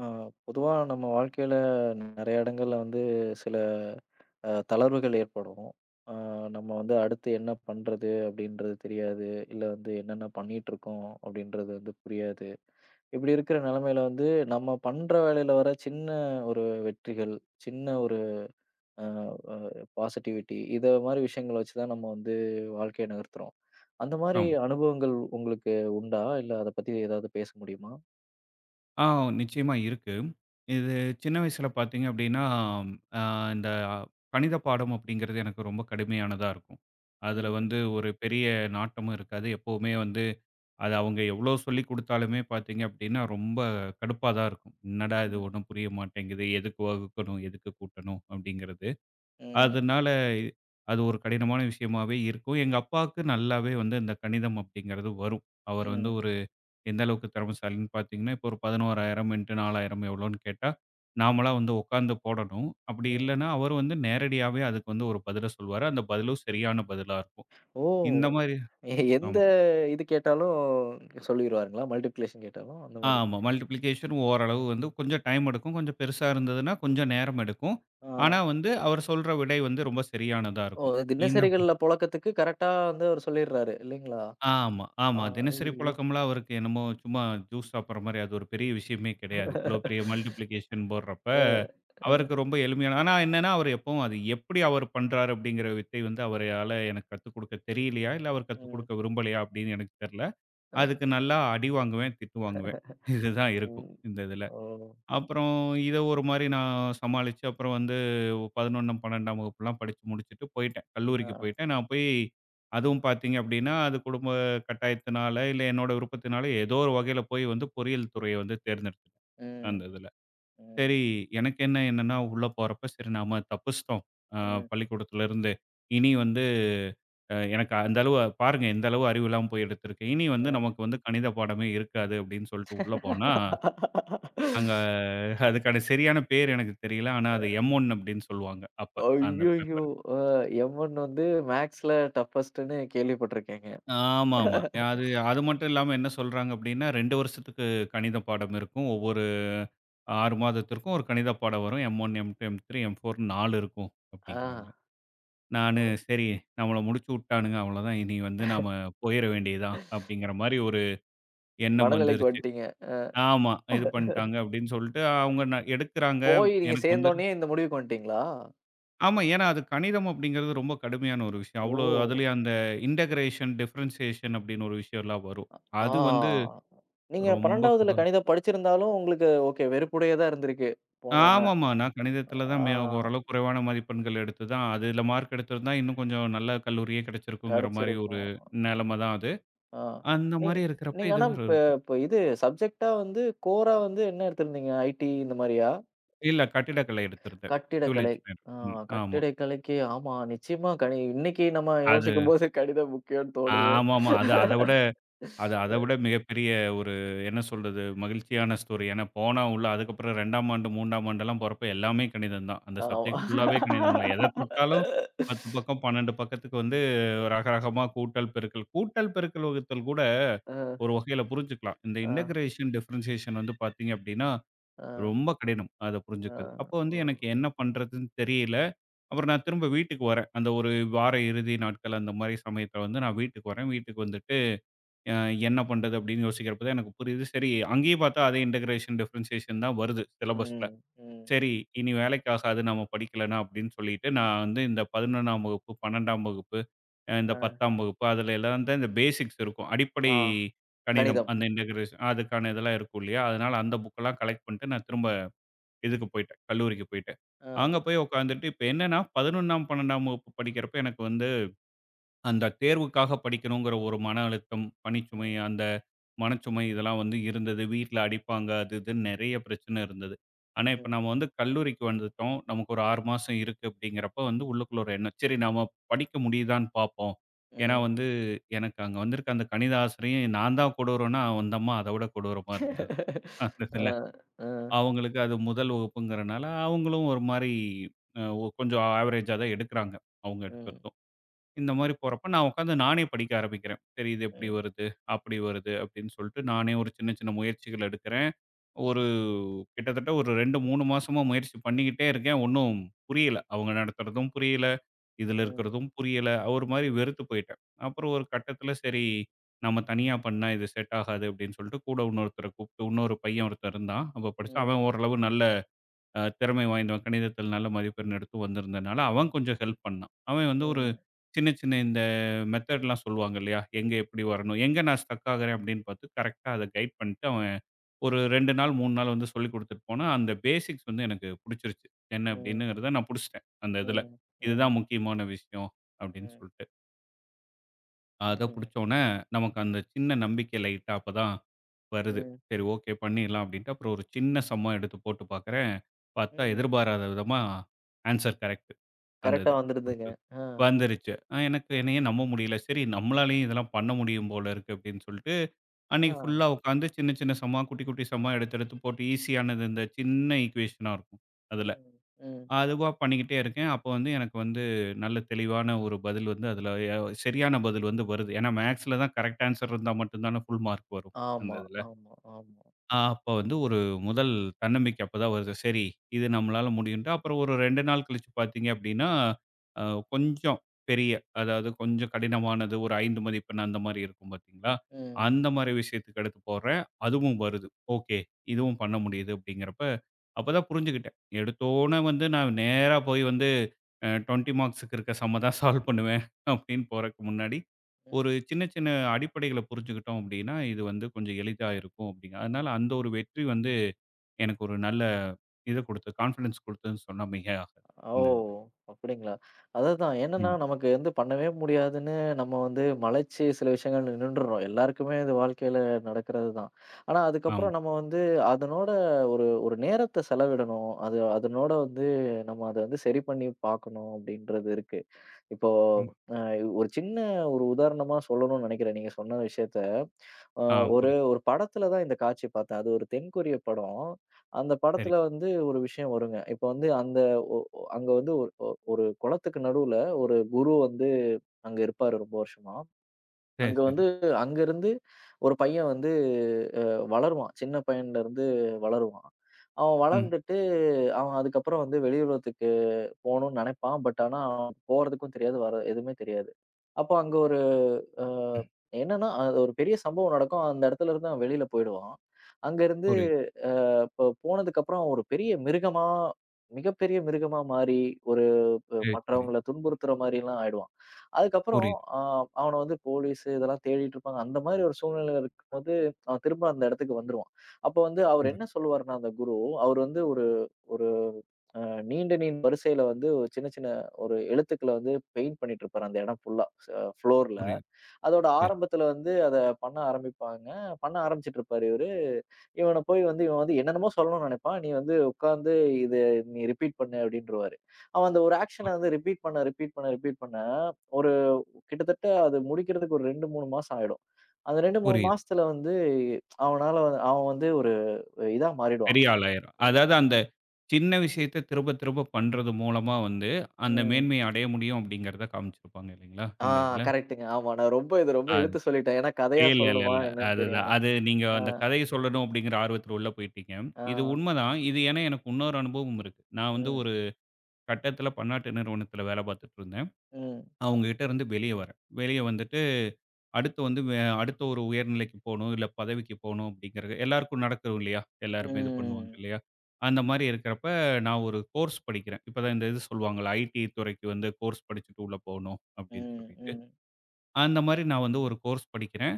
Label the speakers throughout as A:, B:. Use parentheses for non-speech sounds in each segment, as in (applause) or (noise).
A: ஆ, பொதுவா நம்ம வாழ்க்கையில நெறைய இடங்கள்ல வந்து சில தளர்வுகள் ஏற்படும். அ நம்ம வந்து அடுத்து என்ன பண்றது அப்படின்றது தெரியாது. இல்ல வந்து என்னென்ன பண்ணிட்டுருக்கோம் அப்படின்றது வந்து புரியாது. இப்படி இருக்கிற நிலைமையில வந்து நம்ம பண்ற வேலையில வர சின்ன ஒரு வெற்றிகள், சின்ன ஒரு அ அ பாசிட்டிவிட்டி இத மாரி விஷயங்கள வச்சு தான் நம்ம வந்து வாழ்க்கைய நகர்த்துறோம். அந்த மாரி
B: ஆமா.
A: அனுபவங்கள் உங்களுக்கு உண்டா? இல்ல அத பத்தி ஏதாவது பேச முடியுமா?
B: ஆ நிச்சயமா இருக்கு. இது சின்ன வயசுல பார்த்தீங்க அப்டின்னா, அ இந்த கணித பாடம் அப்டிங்கிறது எனக்கு ரொம்ப கடுமையானதா இருக்கும். அதுல
A: ம்,
B: வந்து ஒரு பெரிய நாட்டமும் இருக்காது. எப்பவுமே வந்து அது அவங்க எவ்ளோ சொல்லிக் குடுத்தாலுமே பார்த்தீங்க அப்டின்னா, ரொம்ப கடுப்பா தான் இருக்கும். "என்னடா இது
A: ம்,
B: ஒண்ணும் புரிய மாட்டேங்குது. எதுக்கு வகுக்கணும்? எதுக்கு கூட்டணும்?" அப்டிங்கிறது.
A: ம்,
B: அதனால அது ஒரு கடினமான விஷயமாவே இருக்கும். எங்க அப்பாவுக்கு நல்லாவே வந்து இந்த கணிதம் அப்டிங்கிறது வரும். அவர் வந்து
A: ம்,
B: ஒரு எந்த அளவுக்கு திறமைசாலின்னு பார்த்தீங்கன்னா, இப்போ ஒரு 11,000 இன்ட்டு 4,000 எவ்வளோன்னு கேட்டா,
A: ம்.
B: நாமளா வந்து உட்காந்து போடணும். அப்படி
A: ம்.
B: இல்லன்னா, அவரு வந்து நேரடியாவே அதுக்கு வந்து ஒரு பதில சொல்வாரு. அந்த பதிலும் சரியான பதிலா இருக்கும். இந்த
A: ஓ!
B: மாரி
A: எந்த
B: ஆமா.
A: இது கேட்டாலும் சொல்லிருவாருங்களா? மல்டிப்ளிகேஷன் கேட்டாலும் அந்த மாரி.
B: ஆமா. மல்டிப்ளிகேஷன் ஓரளவு வந்து கொஞ்சம் டைம் எடுக்கும். கொஞ்சம் பெருசா இருந்ததுன்னா, கொஞ்சம் நேரம் எடுக்கும். ஆனா
A: ஆ.
B: வந்து, அவர் சொல்ற விடை வந்து ரொம்ப சரியானதா
A: ஓ!
B: இருக்கும். இந்த
A: தினசரிகள்ல புழக்கத்துக்கு கரெக்ட்டா வந்து அவரு சொல்லிடுறாரு இல்லைங்களா?
B: ஆமா,
A: ஆ.
B: ஆமா. தினசரி
A: ஐயய்யோ!
B: புழக்கம்லாம் அவருக்கு என்னமோ சும்மா ஜூஸ் சாப்பிடுற மாரி அது ஒரு பெரிய விஷயமே கிடையாது. இவ்ளோ பெரிய மல்டிப்ளிகேஷன் போடுறப்ப,
A: அ, அ,
B: அவருக்கு ரொம்ப எளிமையான ஆனா என்னன்னா, அவரு எப்பவும் அது எப்படி அவர் பண்றாரு அப்படிங்கிற வித்தை வந்து அவரால எனக்கு கத்துக் குடுக்க தெரியலையா, இல்ல அவர் கத்துக்
A: ம்.
B: குடுக்க விரும்பலையா அப்படின்னு எனக்கு தெரியல. அதுக்கு
A: அ.
B: நல்லா அடி வாங்குவேன், திட்டு வாங்குவேன். இதுதான் இருக்கும்
A: ம்.
B: இந்த இதுல.
A: ஓ!
B: அப்புறம் இத ஒரு மாரி நான் சமாளிச்சு, அப்புறம் வந்து 11ஆம், 12ஆம் வகுப்புலாம் படிச்சு முடிச்சுட்டு போயிட்டேன்.
A: ஆ.
B: கல்லூரிக்கு போயிட்டேன். நான் போய் அதுவும் பார்த்தீங்க அப்டின்னா, அது குடும்ப கட்டாயத்தினால, இல்ல என்னோட விருப்பத்தினால ஏதோ ஒரு வகையில போய் வந்து பொறியியல் துறைய வந்து தேர்ந்தெடுத்துட்டேன்.
A: ம்.
B: அந்த இதுல. சரி
A: ம்.
B: எனக்கு என்ன என்னன்னா, உள்ள போறப்ப சரி நாம தப்பிச்சிட்டோம். அ
A: ம்.
B: பள்ளிக்கூடத்துலருந்து. இனி வந்து எனக்கு அந்த அளவு பாருங்க எந்த அளவு அறிவு இல்லாம போய் எடுத்திருக்கேன். இனி வந்து
A: அ.
B: நமக்கு வந்து கணித பாடமே இருக்காது அப்டின்னு சொல்லிட்டு உள்ள போனா, அங்க அதுக்கான சரியான பேர் எனக்கு தெரியல. ஆனா அது எம்1 அப்படின்னு சொல்லுவாங்க. அப்ப அந்த
A: ஐய்யய்யோ!
B: பேப்பர்.
A: அ எம் ஒன் வந்து மேத்ஸ்ல டஃபஸ்ட்டுன்னு கேள்விப்பட்டுருக்கேங்க.
B: ஆமாமா. அது அது மட்டும் இல்லாம என்ன சொல்றாங்க அப்படின்னா, 2 வருஷத்துக்கு கணித பாடம் இருக்கும். ஒவ்வொரு 6
A: ம்.
B: மாதத்திற்கும் ஒரு கணித பாடம் வரும். எம்1, எம்2, எம்3, எம்4ன்னு 4 இருக்கும்
A: ஆ.
B: அப்படிங்கிறாங்க.
A: ஓ!
B: நானு சரி நம்மள முடிச்சு விட்டானுங்க அவ்வளோதான். இனி வந்து நாம போயிற வேண்டியதுதான் அப்படிங்கிற மாரி ஒரு எண்ணம்
A: மனநிலைக்கு
B: வந்துருச்சு.
A: வந்துட்டீங்க.
B: ஆமா. இது பண்ணிட்டாங்க அப்படின்னு சொல்லிட்டு அவங்க ந எடுக்குறாங்க.
A: போய் நீங்க
B: எனக்கு வந்து
A: சேர்ந்தோனயே இந்த முடிவுக்கு வந்துட்டீங்களா?
B: ஆமா. ஏன்னா, அது கணிதம் அப்படிங்கிறது ரொம்ப கடுமையான ஒரு விஷயம். அவ்வளோ
A: ஓ!
B: அதுலயும் அந்த இன்டகிரேஷன், டிஃபரன்சியேஷன் அப்படின்னு ஒரு விஷயம்லாம் வரும்.
A: ஆ.
B: அது வந்து
A: நீங்க
B: ரொம்ப
A: 12வதுல
B: கொடு
A: கணிதம் படிச்சிருந்தாலும், உங்களுக்கு ஓகே வெறுப்புடையதா இருந்திருக்கு. போனோனே.
B: ஆமாமா. நான் கணிதத்தில
A: ஆ
B: தான் ஓரளவு குறைவான மதிப்பெண்கள் எடுத்து தான் அதுல மார்க் எடுத்திருந்தா இன்னும் கொஞ்சம் நல்ல கல்லூரியே கிடைச்சிருக்குங்கிற மாரி ஒரு
A: கிடைச்சிருக்கும்.
B: நிலைமை தான் அது.
A: ஆ.
B: அந்த
A: நீங்
B: மாரி இருக்கிறப்ப
A: நீங்க
B: இது
A: ஆனா
B: ஒரு
A: இப்ப
B: இது.
A: இப்ப இது சப்ஜெக்ட்டா வந்து கோரா வந்து என்ன எடுத்திருந்தீங்க? ஐடி இந்த மாரியா?
B: இல்ல கட்டிடக்கலை எடுத்திருந்தேன். சிவில்
A: கட்டிடக்கலை.
B: இன்ஜினியரிங்.
A: ஆ
B: ம். ஆமா.
A: கட்டிடக்கலைக்கு ஆமா நிச்சயமா கணி இன்னைக்கு நம்ம
B: அது
A: யோசிக்கும்போது கணிதம் முக்கியம்னு தோணுது.
B: ஆமாமா. அது அத விட மிகப்பெரிய ஒரு என்ன சொல்றது? மகிழ்ச்சியான ஸ்டோரி. ஏன்னா போனா உள்ள அதுக்கப்புறம் 2ஆம் ஆண்டு, 3ஆம் ஆண்டுலாம் போறப்ப எல்லாமே கணிதம் தான். அந்த சப்ஜெக்ட் ஃபுல்லாவே
A: ஆமா.
B: கணிதம் தான். எத தொட்டாலும் 10 பக்கம் 12 பக்கத்துக்கு வந்து ரகரகமா கூட்டல், பெருக்கல். கூட்டல், பெருக்கல், வகுத்தல் கூட
A: அ,
B: ஒரு வகையில புரிஞ்சுக்கலாம். இந்த
A: அ,
B: இன்டகிரேஷன், டிஃபரன்ஷியேஷன் வந்து பார்த்தீங்க அப்டின்னா,
A: அ,
B: ரொம்ப கடினம். அத
A: அ,
B: புரிஞ்சுக்கிறது. அப்போ வந்து
A: ஓ!
B: எனக்கு என்ன பண்றதுன்னு தெரியல. அப்புறம் நான் திரும்ப வீட்டுக்கு வரேன். அந்த ஒரு வார இறுதி நாட்கள் அந்த மாரி சமயத்துல வந்து நான் வீட்டுக்கு வரேன். வீட்டுக்கு வந்துட்டு அ என்ன பண்றது அப்படின்னு யோசிக்கிறப்ப தான் எனக்கு புரியுது. சரி அங்கேயும் பார்த்தா அதே இன்டகிரேஷன், டிஃபரன்ஷியேஷன் தான் வருது சிலபஸ்ல.
A: ம், ம்,
B: சரி இனி வேலைக்கு ஆகாது நம்ம படிக்கலனா அப்படின்னு சொல்லிட்டு நான் வந்து இந்த 11ஆம் வகுப்பு, 12ஆம் வகுப்பு,
A: அ,
B: இந்த
A: (laughs)
B: 10ஆம் வகுப்பு அதுல எல்லாம் தான் இந்த பேசிக்ஸ் இருக்கும். அடிப்படை
A: ஆ.
B: கணிதம்
A: கணிதம்.
B: அந்த இன்டகிரேஷன் அதுக்கான இதெல்லாம் இருக்கும் இல்லையா? அதனால அந்த புக்கெல்லாம் கலெக்ட் பண்ணிட்டு நான் திரும்ப இதுக்கு போயிட்டேன், கல்லூரிக்கு போயிட்டேன். அங்க
A: அ,
B: போய் உட்காந்துட்டு இப்ப என்னன்னா 11ஆம், 12ஆம் வகுப்பு படிக்கிறப்ப எனக்கு வந்து அந்த தேர்வுக்காக படிக்கணுங்கிற ஒரு மன அழுத்தம், பணிச்சுமை,
A: ம்,
B: அந்த மனச்சுமை இதெல்லாம் வந்து இருந்தது. வீட்ல அடிப்பாங்க, அது இதுன்னு நெறைய பிரச்சனை இருந்தது. ஆனா, இப்ப
A: ம்,
B: நம்ம வந்து கல்லூரிக்கு வந்துட்டோம். நமக்கு ஒரு 6 மாசம் இருக்கு அப்படிங்கிறப்ப வந்து உள்ளுக்குள்ள ஒரு எண்ணம். சரி நாம படிக்க முடியுதான்னு பார்ப்போம். ஏன்னா
A: ம்.
B: வந்து, எனக்கு அங்க வந்திருக்க அந்த கணித ஆசிரியர் நான் தான் கொடூரம்னா, அந்த அம்மா அத விட கொடூரமா இருந்தது. அந்த இதில.
A: அ, அ,
B: அவங்களுக்கு அது முதல் வகுப்புங்கிறனால, அவங்களும் ஒரு மாரி அ ஒ கொஞ்சம் ஆவரேஜா தான் எடுக்குறாங்க. அவங்க
A: ம்,
B: எடுக்குறதும். இந்த மாரி போறப்ப நான் உட்காந்து நானே படிக்க ஆரம்பிக்கிறேன். சரி இது இப்படி
A: ம்,
B: வருது, அப்படி வருது அப்படின்னு சொல்லிட்டு நானே ஒரு சின்ன சின்ன முயற்சிகள் எடுக்கிறேன். ஒரு கிட்டத்தட்ட ஒரு 2, 3 மாசமா முயற்சி பண்ணிக்கிட்டே இருக்கேன். ஒண்ணும் புரியல. அவங்க நடத்துறதும் புரியல. இதுல
A: ம்,
B: இருக்கிறதும் புரியல. ஒரு மாரி வெறுத்து போயிட்டேன். அப்புறம் ஒரு கட்டத்துல சரி நம்ம தனியா பண்ணா இது செட் ஆகாது அப்படின்னு சொல்லிட்டு கூட இன்னொருத்தர கூப்பிட்டு இன்னொரு பையன் ஒருத்தன் இருந்தான். அப்ப படிச்சான்.
A: ம்,
B: அவன் ஓரளவு நல்ல திறமை வாய்ந்தவன். கணிதத்தில் நல்ல மதிப்பெண் எடுத்து வந்திருந்தனால, அவன் கொஞ்சம் ஹெல்ப் பண்ணான். அவன் வந்து ஒரு
A: ம்,
B: சின்ன சின்ன இந்த மெத்தட்லாம் சொல்லுவாங்க இல்லையா? எங்க எப்படி வரணும்? எங்க நான் ஸ்டக் ஆகுறேன் அப்படின்னு பார்த்து கரெக்ட்டா அத கைட் பண்ணிட்டு, அவன் ஒரு
A: ம்,
B: 2 நாள், 3 நாள் வந்து சொல்லிக் குடுத்துட்டு போனா, அந்த பேசிக்ஸ் வந்து எனக்கு புடிச்சிருச்சு. என்ன
A: ம்,
B: அப்படின்னுங்கிறத நான் புடிச்சுட்டேன், அந்த இதுல.
A: ம்,
B: இதுதான் முக்கியமான விஷயம் அப்படின்னு
A: ம்,
B: சொல்லிட்டு. அத
A: ம்,
B: புடிச்ச உடனே, நமக்கு அந்த சின்ன நம்பிக்கை லைட்டா அப்பதான் வருது.
A: ம்,
B: சரி ஓகே பண்ணிடலாம் அப்படின்ட்டு, அப்புறம் ஒரு சின்ன சம்மம் எடுத்து போட்டு பார்க்குறேன். பார்த்தா
A: ம்.
B: எதிர்பாராத விதமா ஆன்ஸர் கரெக்ட் அந்த
A: கரெக்ட்டா
B: இது.
A: வந்திருதுங்க.
B: குடுத்தது.
A: அ,
B: வந்துருச்சு. எனக்கு
A: அ,
B: என்னையே நம்ப முடியல. சரி நம்மளாலயும் இதெல்லாம் பண்ண முடியும் போல இருக்கு அப்படின்னு சொல்லிட்டு,
A: ஆ.
B: அன்னைக்கு ஃபுல்லா உட்காந்து சின்ன சின்ன சம்மா, குட்டி குட்டி சம்மா எடுத்து எடுத்து போட்டு ஈஸியானது இந்த சின்ன ஈக்குவேஷனா இருக்கும் அதுல.
A: ம், ம்.
B: அதுவா பண்ணிக்கிட்டே இருக்கேன். அப்போ வந்து எனக்கு வந்து நல்ல தெளிவான ஒரு பதில் வந்து அதுல சரியான பதில் வந்து வருது. ஏன்னா மேத்ஸ்ல தான் கரெக்ட் ஆன்ஸர் இருந்தா மட்டும் தானே ஃபுல் மார்க் வரும் அந்த
A: ஆமா,
B: இதுல.
A: ஆமா, ஆமா.
B: அப்ப வந்து ஒரு முதல் தன்னம்பிக்கை அப்பதான் வருது. சரி, இது நம்மளால முடியும்ன்ட்டு. அப்புறம் ஒரு 2 நாள் கழிச்சு பார்த்தீங்க அப்படின்னா, அ கொஞ்சம் பெரிய, அதாவது கொஞ்சம் கடினமானது ஒரு 5 மதிப்பெண் அந்த மாரி இருக்கும் பார்த்தீங்களா?
A: ம்,
B: அந்த மாரி விஷயத்துக்கு எடுத்து போடுறேன். அதுவும் வருது. ஓகே, இதுவும் பண்ண முடியுது அப்படிங்கிறப்ப, அப்பதான் புரிஞ்சுக்கிட்டேன். எடுத்தோனே வந்து நான் நேரா போய் வந்து 20 மார்க்ஸுக்கு இருக்க சம்ம தான் சால்வ் பண்ணுவேன் அப்படின்னு போறதுக்கு முன்னாடி, ஒரு
A: ம்.
B: சின்ன சின்ன அடிப்படைகள புரிஞ்சுக்கிட்டோம் அப்டின்னா, இது வந்து கொஞ்சம் எளிதா இருக்கும் அப்டிங்க. அதனால அந்த ஒரு வெற்றி வந்து எனக்கு ஒரு நல்ல இத குடுத்து கான்ஃபிடன்ஸ் குடுத்ததுன்னு சொன்னா மிகையாகாது.
A: ஓ!
B: இந்த இதுல.
A: அப்படிங்களா? அதுதான். என்னன்னா,
B: ம்.
A: நமக்கு வந்து பண்ணவே முடியாதுன்னு நம்ம வந்து மலைச்சு சில விஷயங்கள் நின்னுடுறோம். எல்லாருக்குமே இது வாழ்க்கையில நடக்கிறது தான். ஆனா,
B: ஆமா,
A: அதுக்கப்புறம் நம்ம வந்து அதனோட ஒரு ஒரு நேரத்த செலவிடணும். அது அதனோட வந்து நம்ம அத வந்து சரி பண்ணி பார்க்கணும் அப்படின்றது இருக்கு. இப்போ
B: ஆமா.
A: அ ஒரு சின்ன ஒரு உதாரணமா சொல்லணும்னு நெனைக்கிறேன் நீங்க சொன்ன விஷயத்த. அ
B: ஆ,
A: ஒரு
B: புரியுது.
A: ஒரு படத்துல தான் இந்த காட்சி பார்த்தேன். அது ஒரு தென்கொரிய படம். அந்த
B: சரி,
A: படத்துல வந்து ஒரு விஷயம் வருங்க. இப்ப வந்து அந்த அங்க வந்து ஒரு குளத்துக்கு நடுவுல ஒரு குரு வந்து அங்க இருப்பாரு ரொம்ப வருஷமா.
B: சரி,
A: அங்க
B: சரி.
A: வந்து அங்கருந்து ஒரு பையன் வந்து அ வளருவான். சின்ன பையன்லருந்து வளருவான். அவன்
B: ம்,
A: வளர்ந்துட்டு அவன் அதுக்கப்புறம் வந்து வெளியுலகத்துக்கு போணும்னு நெனைப்பான். பட் ஆனா அவன் போறதுக்கும் தெரியாது, வர எதுவுமே தெரியாது. அப்போ அங்க ஒரு அ
B: ம்.
A: என்னன்னா, அது ஒரு பெரிய சம்பவம் நடக்கும். அந்த இடத்துலருந்து அவன் வெளியில போயிடுவான். அங்கருந்து
B: புரியுது.
A: அ இப்போ போனதுக்கப்புறம் ஒரு பெரிய மிருகமா, மிகப்பெரிய மிருகமா மாறி, ஒரு
B: சரி, சரி.
A: மற்றவங்கள துன்புறுத்துற மாரிலாம் ஆயிடுவான். அதுக்கப்புறம்
B: புரியுது,
A: அ அவன வந்து போலீஸ் இதெல்லாம் தேடிட்டு இருப்பாங்க. அந்த மாரி ஒரு சூழ்நிலையில இருக்கும்போது, அவன் திரும்ப அந்த இடத்துக்கு வந்துருவான். அப்போ வந்து அவர்
B: புரியுது,
A: என்ன சொல்லுவாருன்னா, அந்த குரு, அவர் வந்து ஒரு ஒரு அ நீண்ட நீண்ட வரிசையில வந்து ஒரு சின்ன சின்ன ஒரு எழுத்துக்கள வந்து பெயிண்ட் பண்ணிட்டு இருப்பாரு அந்த இடம் ஃபுல்லா, ஃப்ளோர்ல.
B: புரியுது.
A: அதோட
B: சரி,
A: ஆரம்பத்தில வந்து அத பண்ண ஆரம்பிப்பாங்க. பண்ண ஆரம்பிச்சுட்டு இருப்பாரு. இவன போய் வந்து இவன் வந்து என்னென்னமோ சொல்லணும்னு நினைப்பான். நீ வந்து உட்கார்ந்து இத நீ ரிப்பீட் பண்ணு அப்டின்ருவாரு. அவன் அந்த ஒரு
B: புரி
A: ஆக்ஷன வந்து ரிப்பீட் பண்ண, ரிப்பீட் பண்ண, ரிப்பீட் பண்ண ஒரு கிட்டத்தட்ட அது முடிக்கிறதுக்கு ஒரு 2, 3 மாசம் ஆயிடும். அந்த 2, 3
B: புரியுது.
A: மாசத்துல வந்து அவன் வந்து ஒரு இதா மாறிடுவான்.
B: பெரிய ஆளாயிரும். அதாவது
A: ம்.
B: அந்த சின்ன விஷயத்த திரும்ப திரும்ப பண்றது மூலமா வந்து, அந்த
A: ம்.
B: மேன்மைய அடைய முடியும் அப்டிங்கிறத காமிச்சிருப்பாங்க இல்லைங்களா?
A: ஆ
B: இந்த இதுல.
A: கரெக்ட்டுங்க. ஆமா. நான் ரொம்ப இத ரொம்ப
B: அது
A: இழுத்து சொல்லிட்டேன். ஏன்னா கதையா
B: இல்ல, இல்ல,
A: சொல்லணுமா
B: இல்ல.
A: என்னன்னு
B: அதுதான்.
A: தெரியாம.
B: அது நீங்க
A: ஆ,
B: அந்த கதைய சொல்லணும் அப்படிங்கிற ஆர்வத்துல உள்ள போயிட்டீங்க.
A: ஆ.
B: இது உண்மதான். இது ஏன்னா எனக்கு இன்னொரு அனுபவம் இருக்கு. நான் வந்து
A: ம்,
B: ஒரு கட்டத்துல பன்னாட்டு நிறுவனத்துல வேலை பார்த்துட்டு இருந்தேன்.
A: ம்,
B: அவங்ககிட்ட இருந்து வெளிய வரேன். வெளிய வந்துட்டு அடுத்து வந்து அடுத்த ஒரு உயர்நிலைக்கு போணும், இல்ல பதவிக்கு போணும் அப்படிங்கிறது எல்லாருக்கும் நடக்கும் இல்லையா? எல்லாருமே இது பண்ணுவாங்க
A: ம்,
B: இல்லையா? அந்த மாரி இருக்கிறப்ப நான் ஒரு கோர்ஸ் படிக்கிறேன். இப்பதான் இந்த இது சொல்லுவாங்கல்ல, ஐடி துறைக்கு வந்து கோர்ஸ் படிச்சுட்டு உள்ள போணும் அப்படின்னு
A: ம்,
B: சொல்லிட்டு.
A: ம்,
B: அந்த மாரி நான் வந்து ஒரு கோர்ஸ் படிக்கிறேன்.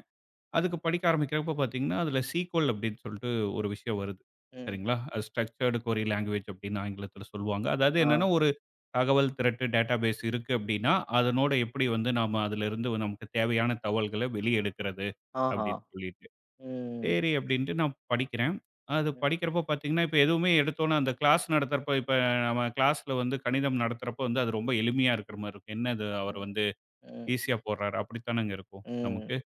B: அதுக்கு படிக்க ஆரம்பிக்கிறப்ப பார்த்தீங்கன்னா, அதில சீக்வல் அப்படின்னு சொல்லிட்டு ஒரு விஷயம் வருது.
A: ம்.
B: சரிங்களா? அது ஸ்ட்ரக்சர்டு கொரி லாங்குவேஜ் அப்படின்னு ஆங்கிலத்தில சொல்லுவாங்க. அதாவது
A: ஆ.
B: என்னன்னா, ஒரு தகவல் திரட்டு டேட்டாபேஸ் இருக்கு அப்படின்னா, அதனோட எப்படி வந்து நாம அதிலிருந்து நமக்கு தேவையான தகவல்கள வெளிய எடுக்கிறது
A: ஆஹா.
B: அப்படின்னு சொல்லிட்டு.
A: ம்.
B: சரி அப்படின்ட்டு நான் படிக்கிறேன். அது
A: ம்.
B: படிக்கிறப்போ பார்த்தீங்கன்னா, இப்ப எதுவுமே எடுத்தோனே அந்த கிளாஸ் நடத்துறப்ப இப்ப நம்ம கிளாஸ்ல வந்து கணிதம் நடத்துறப்போ வந்து அது ரொம்ப எளிமையா இருக்கிற மாரி இருக்கும். என்ன இது
A: (laughs)
B: அவர்
A: ம்,
B: வந்து
A: ம்,
B: ஈஸியா போடுறாரு அப்படித்தானங்க இருக்கும்
A: ம்,
B: நமக்கு.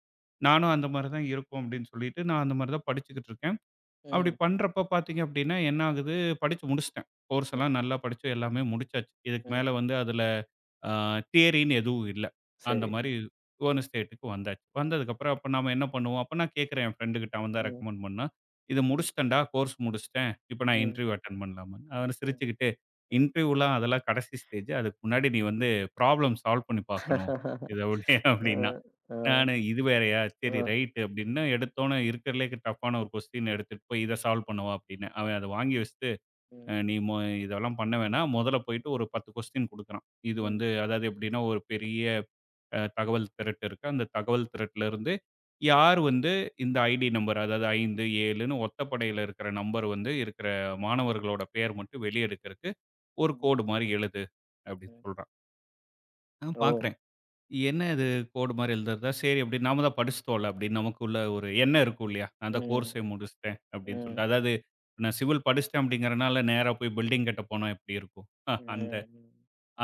B: நானும் அந்த மாரி தான் இருக்கும் அப்படின்னு சொல்லிட்டு, நான் அந்த மாரி தான் படிச்சுக்கிட்டு இருக்கேன். அப்படி
A: ம்,
B: பண்றப்ப பார்த்தீங்க அப்படின்னா, என்ன ஆகுது படிச்சு முடிச்சுட்டேன். கோர்ஸ்
A: ம்,
B: எல்லாம் நல்லா படிச்சு எல்லாமே முடிச்சாச்சு. இதுக்கு
A: ம்.
B: மேல வந்து அதுல அ தியரின்னு எதுவும் இல்ல. அந்த
A: சரி.
B: மாரி ஓன் ஸ்டேட்டுக்கு வந்தாச்சு. வந்ததுக்கப்புறம் அப்ப நாம என்ன பண்ணுவோம்? அப்ப நான் கேட்கிறேன் என் ஃப்ரெண்டு கிட்ட. அவன் தான்
A: ம்,
B: ரெக்கமெண்ட் பண்ணான். "இத
A: ம்,
B: முடிச்சுட்டேன்டா, கோர்ஸ் முடிச்சுட்டேன். இப்ப நான்
A: ம்,
B: இன்டர்வியூ அட்டெண்ட் பண்ணலாமான்னு." அவன்
A: ம்,
B: சிரிச்சுக்கிட்டு,
A: ம்.
B: "இன்டர்வியூலாம் அதெல்லாம் கடைசி ஸ்டேஜ். அதுக்கு முன்னாடி நீ வந்து ப்ராப்ளம் சால்வ் பண்ணி பார்க்கணும்." இத
A: (laughs)
B: விட (laughs) அப்படின்னா.
A: அ, அ,
B: இது வேறையா?
A: அ,
B: சரி ரைட் அப்படின்னு எடுத்தோனே இருக்கிறதுலே டஃப்பான ஒரு கொஸ்டின் எடுத்துட்டு போய் இத சால்வ் பண்ணுவோம் அப்படின்னு. அவன் அத வாங்கி வச்சுட்டு, அ
A: ம்,
B: நீ மொ இதெல்லாம் பண்ண வேணாம். முதல்ல போயிட்டு ஒரு 10 கொஸ்டின் குடுக்குறான். இது
A: ம்,
B: வந்து அதாவது எப்படின்னா ஒரு பெரிய தகவல் திரட்டு இருக்கு. அந்த தகவல் திரட்டுலருந்து யார் வந்து இந்த ஐடி நம்பர் அதாவது 5, 7ன்னு ஒத்தப்படையில இருக்கிற நம்பர் வந்து இருக்கிற மாணவர்களோட பெயர் மட்டும் வெளிய எடுக்கிறதுக்கு ஒரு
A: ம், ம்,
B: கோடு மாரி எழுது அப்படின்னு
A: ம்.
B: சொல்றான். நான்
A: ஓ!
B: பார்க்குறேன். என்ன இது கோடு மாரி எழுதுறதா? சரி அப்படி நாம தான் படிச்சுட்டோம்ல அப்படின்னு நமக்குள்ள ஒரு எண்ணம் இருக்கும் இல்லையா? நான் அந்த
A: ம்,
B: கோர்ஸே முடிச்சுட்டேன் அப்படின்னு
A: ம்,
B: சொல்லிட்டு. அதாவது நான் சிவில் படிச்சுட்டேன் அப்படிங்கிறனால நேரா போய் பில்டிங் கட்ட போனா எப்படி இருக்கும்? அந்த
A: ம்,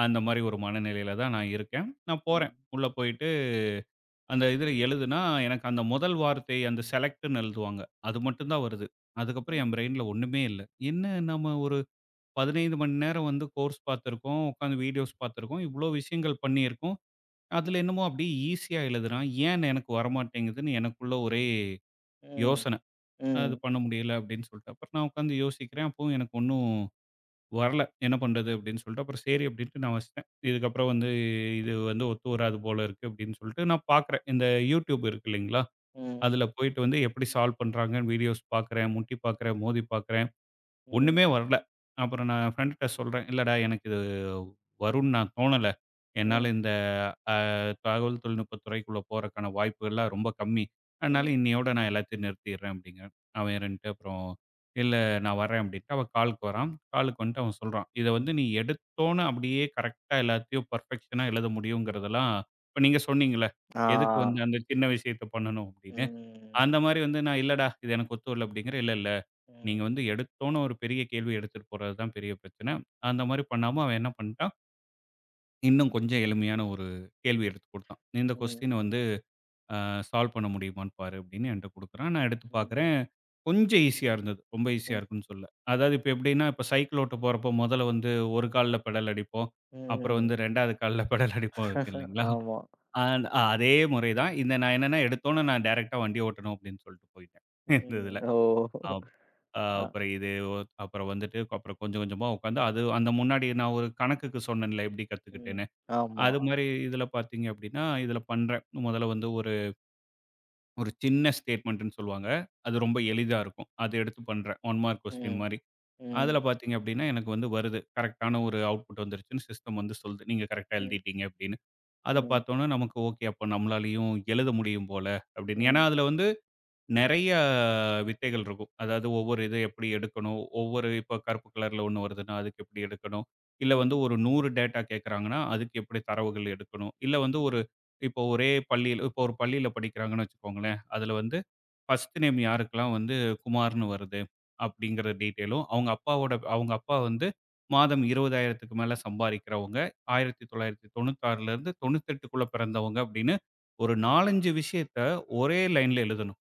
B: அந்த மாரி ஒரு மனநிலையில தான் நான் இருக்கேன். நான்
A: ம்,
B: போறேன். உள்ள போயிட்டு அந்த இதுல எழுதுனா எனக்கு அந்த முதல் வார்த்தை அந்த செலக்ட்ன்னு எழுதுவாங்க. அது மட்டும் தான் வருது.
A: ம்,
B: அதுக்கப்புறம்
A: ம்,
B: என் பிரெயின்ல ஒண்ணுமே இல்ல. என்ன நம்ம ஒரு 15 மணி நேரம் வந்து கோர்ஸ் பார்த்திருக்கோம், உட்காந்து வீடியோஸ் பார்த்திருக்கோம், இவ்வளோ விஷயங்கள் பண்ணியிருக்கோம். அதுல என்னமோ அப்படியே ஈஸியா எழுதுறான். ஏன் எனக்கு வரமாட்டேங்குதுன்னு எனக்குள்ள ஒரே
A: ம்,
B: யோசனை. அது
A: ம்,
B: பண்ண முடியல அப்படின்னு சொல்லிட்டு. அப்புறம் நான் உட்காந்து யோசிக்கிறேன். அப்பவும் எனக்கு ஒண்ணும் வரல. என்ன பண்றது அப்படின்னு சொல்லிட்டு, அப்புறம் சரி அப்படின்ட்டு நான் வச்சுட்டேன். இதுக்கப்புறம் வந்து இது வந்து ஒத்து வராது போல இருக்கு அப்படின்னு சொல்லிட்டு நான் பார்க்குறேன். இந்த YouTube இருக்கு இல்லைங்களா?
A: ம்,
B: அதுல போயிட்டு வந்து எப்படி சால்வ் பண்றாங்கன்னு வீடியோஸ் பார்க்குறேன், முட்டி பார்க்குறேன், மோதி பார்க்குறேன். ஒண்ணுமே
A: ம்,
B: வரல. அப்புறம் நான் ஃப்ரெண்ட்ட சொல்றேன். "இல்லடா எனக்கு இது வரும்ன்னு நான் தோணல.
A: ம்.
B: என்னால இந்த அ தகவல் தொழில்நுட்பத் துறைக்குள்ள போறக்கான வாய்ப்புகள்லாம் ரொம்ப கம்மி. அதனால
A: ம்.
B: இன்னையோட நான் எல்லாத்தையும் நிறுத்திடுறேன்" அப்படிங்கிறேன். அவன் இருந்துட்டு அப்புறம் "இல்ல நான் வரேன்" அப்படின்ட்டு அவன் காலுக்கு வரான். காலுக்கு வந்துட்டு அவன் சொல்றான். "இத வந்து நீ எடுத்தோனே அப்படியே கரெக்ட்டா எல்லாத்தையும் பெர்ஃபெக்ஷனா எழுத முடியுங்கிறதெல்லாம்" இப்ப நீங்க சொன்னீங்கல்ல,
A: ஆ.
B: எதுக்கு வந்து அந்த சின்ன விஷயத்த பண்ணணும் அப்படின்னு.
A: ம்,
B: அந்த
A: ம்,
B: மாரி வந்து நான் "இல்லடா இது எனக்கு ஒத்து வரல" அப்படிங்கிறேன். "இல்ல, இல்ல.
A: ம்,
B: நீங்க வந்து எடுத்தோனே ஒரு பெரிய கேள்வி எடுத்துட்டு போறது தான் பெரிய பிரச்சனை.
A: ம்,
B: அந்த மாரி பண்ணாம அவன் என்ன பண்ணிட்டான், இன்னும் கொஞ்சம் எளிமையான ஒரு கேள்வி எடுத்து குடுத்தான். "இந்த
A: ம்,
B: கொஸ்டின் வந்து அ சால்வ் பண்ண முடியுமான்னு பாரு" அப்படின்னு என்ட்ட குடுக்குறான். நான் எடுத்து பார்க்குறேன். கொஞ்சம் ஈஸியா இருந்தது. ரொம்ப ஈஸியா
A: ம்,
B: இருக்குன்னு சொல்லல. அதாவது இப்ப எப்படின்னா, இப்ப சைக்கிள் ஓட்ட போறப்போ முதல்ல வந்து ஒரு கால்ல பெடல் அடிப்போம். அப்புறம்
A: ம்.
B: வந்து 2வது கால்ல பெடல் அடிப்போம் இருக்கு
A: (laughs)
B: இல்லைங்களா?
A: ஆமா.
B: அ அதே முறை தான். இந்த நான் என்னன்னா எடுத்தோனே நான் டைரக்ட்டா வண்டி ஓட்டணும் அப்படின்னு சொல்லிட்டு போயிட்டேன். இந்த
A: ம்.
B: இதுல.
A: ஓ!
B: அ
A: அ,
B: அப்புறம் இது ஒ- அப்புறம் வந்துட்டு அப்புறம் கொஞ்சம் கொஞ்சமா உட்காந்து அது அந்த முன்னாடி நான் ஒரு கணக்குக்கு சொன்னேன்ல எப்படி
A: ம்.
B: கத்துக்கிட்டேன்னு.
A: ஆமா.
B: அது மாரி இதுல பார்த்தீங்க அப்படின்னா, இதுல பண்றேன். முதல்ல வந்து ஒரு ஒரு சின்ன ஸ்டேட்மென்ட்ன்னு சொல்லுவாங்க. அது ரொம்ப எளிதா இருக்கும். அத எடுத்து பண்றேன். 1 மார்க் கொஸ்டின்
A: ம்,
B: மாரி. அதுல
A: ம்.
B: பார்த்தீங்க அப்படின்னா, எனக்கு வந்து வருது. கரெக்ட்டான ஒரு அவுட்புட் வந்துருச்சுன்னு சிஸ்டம் வந்து சொல்லுது. நீங்க கரெக்ட்டா
A: Mm,
B: எழுதிட்டீங்க அப்படின்னு. அத
A: mm,
B: பார்த்தோனே நமக்கு ஓகே. அப்ப நம்மளாலயும் எழுத முடியும் போல அப்படின்னு. ஏன்னா,
A: mm,
B: அதுல வந்து நெறைய வித்தைகள் இருக்கும். அதாவது ஒவ்வொரு இது எப்படி எடுக்கணும்? ஒவ்வொரு இப்ப கருப்பு கலர்ல ஒண்ணு வருதுன்னா, அதுக்கு எப்படி எடுக்கணும்? இல்ல வந்து
A: ம்,
B: ஒரு 100 டேட்டா கேட்கறாங்கன்னா, அதுக்கு எப்படி தரவுகள் எடுக்கணும்? இல்ல வந்து ஒரு இப்போ ஒரே பள்ளியில இப்போ ஒரு பள்ளியில படிக்கிறாங்கன்னு வச்சுக்கோங்களேன். அதுல வந்து ஃபர்ஸ்ட் நேம் யாருக்கெல்லாம் வந்து குமார்ன்னு வருது அப்படிங்கிற டீட்டெயிலும், அவங்க அப்பாவோட அவங்க அப்பா வந்து மாதம் 20,000க்கு மேல சம்பாரிக்கிறவங்க. 1996லேருந்து 98க்குள்ள பிறந்தவங்க அப்படின்னு ஒரு 4, 5 விஷயத்த ஒரே லைன்ல எழுதணும்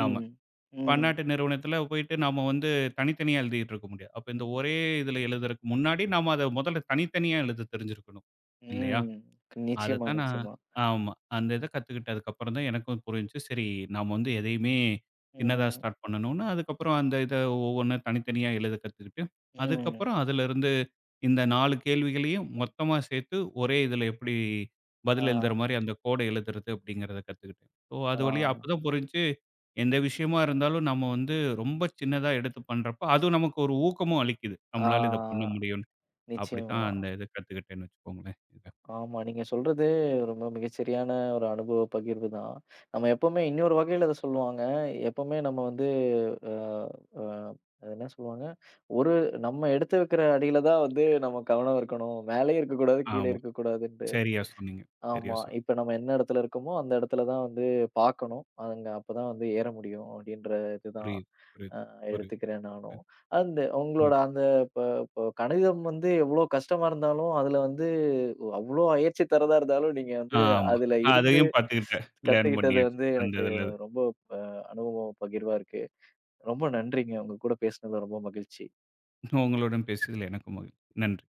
B: நாம.
A: ம்,
B: பன்னாட்டு நிறுவனத்தில போயிட்டு நாம வந்து தனித்தனியா எழுதிட்டு இருக்க முடியாது. அப்ப இந்த
A: ம்,
B: ஒரே இதில எழுதுறதுக்கு முன்னாடி நாம அத முதல்ல தனித்தனியா எழுத தெரிஞ்சிருக்கணும் இல்லையா?
A: ம். நிச்சயமா,
B: அதத்தான் நான்
A: நிச்சயமா.
B: ஆமா. அந்த இத கத்துக்கிட்டதுக்கப்புறம் தான் எனக்கும் புரிஞ்சுச்சு. சரி நாம வந்து எதையுமே சின்னதா
A: ம்,
B: ஸ்டார்ட் பண்ணணும்னு, அதுக்கப்புறம் அந்த இத ஒவ்வொண்ணா தனித்தனியா எழுத கத்துக்கிட்டு,
A: ம்.
B: அதுக்கப்புறம் அதிலிருந்து இந்த 4 கேள்விகளையும் மொத்தமா சேர்த்து ஒரே இதில எப்படி
A: ஆ,
B: பதில் எழுதுற மாரி அந்த கோட எழுதுறது அப்படிங்கிறத கத்துக்கிட்டேன். ஸோ
A: ஆ,
B: அது வழியா அப்பதான் புரிஞ்சுச்சு, எந்த விஷயமா இருந்தாலும் நம்ம வந்து ரொம்ப சின்னதா எடுத்து பண்றப்ப, அதுவும் நமக்கு ஒரு ஊக்கமும் அளிக்குது. நம்மளால இத பண்ண
A: ஆ.
B: முடியும்னு. அப்படித்தான்
A: நிச்சயமா.
B: அந்த இத கத்துக்கிட்டேன்னு வச்சுக்கோங்களேன். இத.
A: ஆமா. நீங்க சொல்றது ரொம்ப மிகச்சரியான ஒரு அனுபவ பகிர்வு தான். நம்ம எப்பவுமே இன்னொரு வகையில அத சொல்லுவாங்க. எப்பவுமே நம்ம வந்து அ, அ அது என்ன சொல்லுவாங்க? ஒரு நம்ம எடுத்து வைக்கிற அடியில தான் வந்து நம்ம கவனம் இருக்கணும். மேலயும் இருக்கக்கூடாது, கீழ
B: ஆமா.
A: இருக்கக்கூடாதுன்ட்டு.
B: சரியா சொன்னீங்க, சரியா
A: ஆமா. இப்ப
B: சொன்னீங்க.
A: நம்ம என்ன இடத்துல இருக்கோமோ, அந்த இடத்துல தான் வந்து பார்க்கணும். அதுங்க அப்பதான் வந்து ஏற முடியும் அப்படின்ற இதுதான்
B: புரியுது,
A: அ
B: புரியுது, புரியுது.
A: எடுத்துக்கிறேன் நானும். அந்த உங்களோட
B: புரியுது.
A: அந்த இப்ப இப்ப கணிதம் வந்து எவ்வளோ கஷ்டமா இருந்தாலும், அதுல வந்து அவ்வளோ அயற்சி தர்றதா இருந்தாலும், நீங்க வந்து
B: ஆமா.
A: அதுல இருந்து
B: அதையும் பார்த்துக்கிட்டேன். லேர்ன்
A: கத்துக்கிட்டது
B: பண்ணியாச்சு.
A: வந்து
B: அந்த
A: எனக்கு
B: இதுல.
A: ரொம்ப அ அனுபவம் பகிர்வா இருக்கு. ரொம்ப நன்றிங்க. உங்க கூட பேசினதுல ரொம்ப மகிழ்ச்சி.
B: உங்களுடன் பேசியதில் எனக்கும் மகிழ்ச்சி. நன்றி.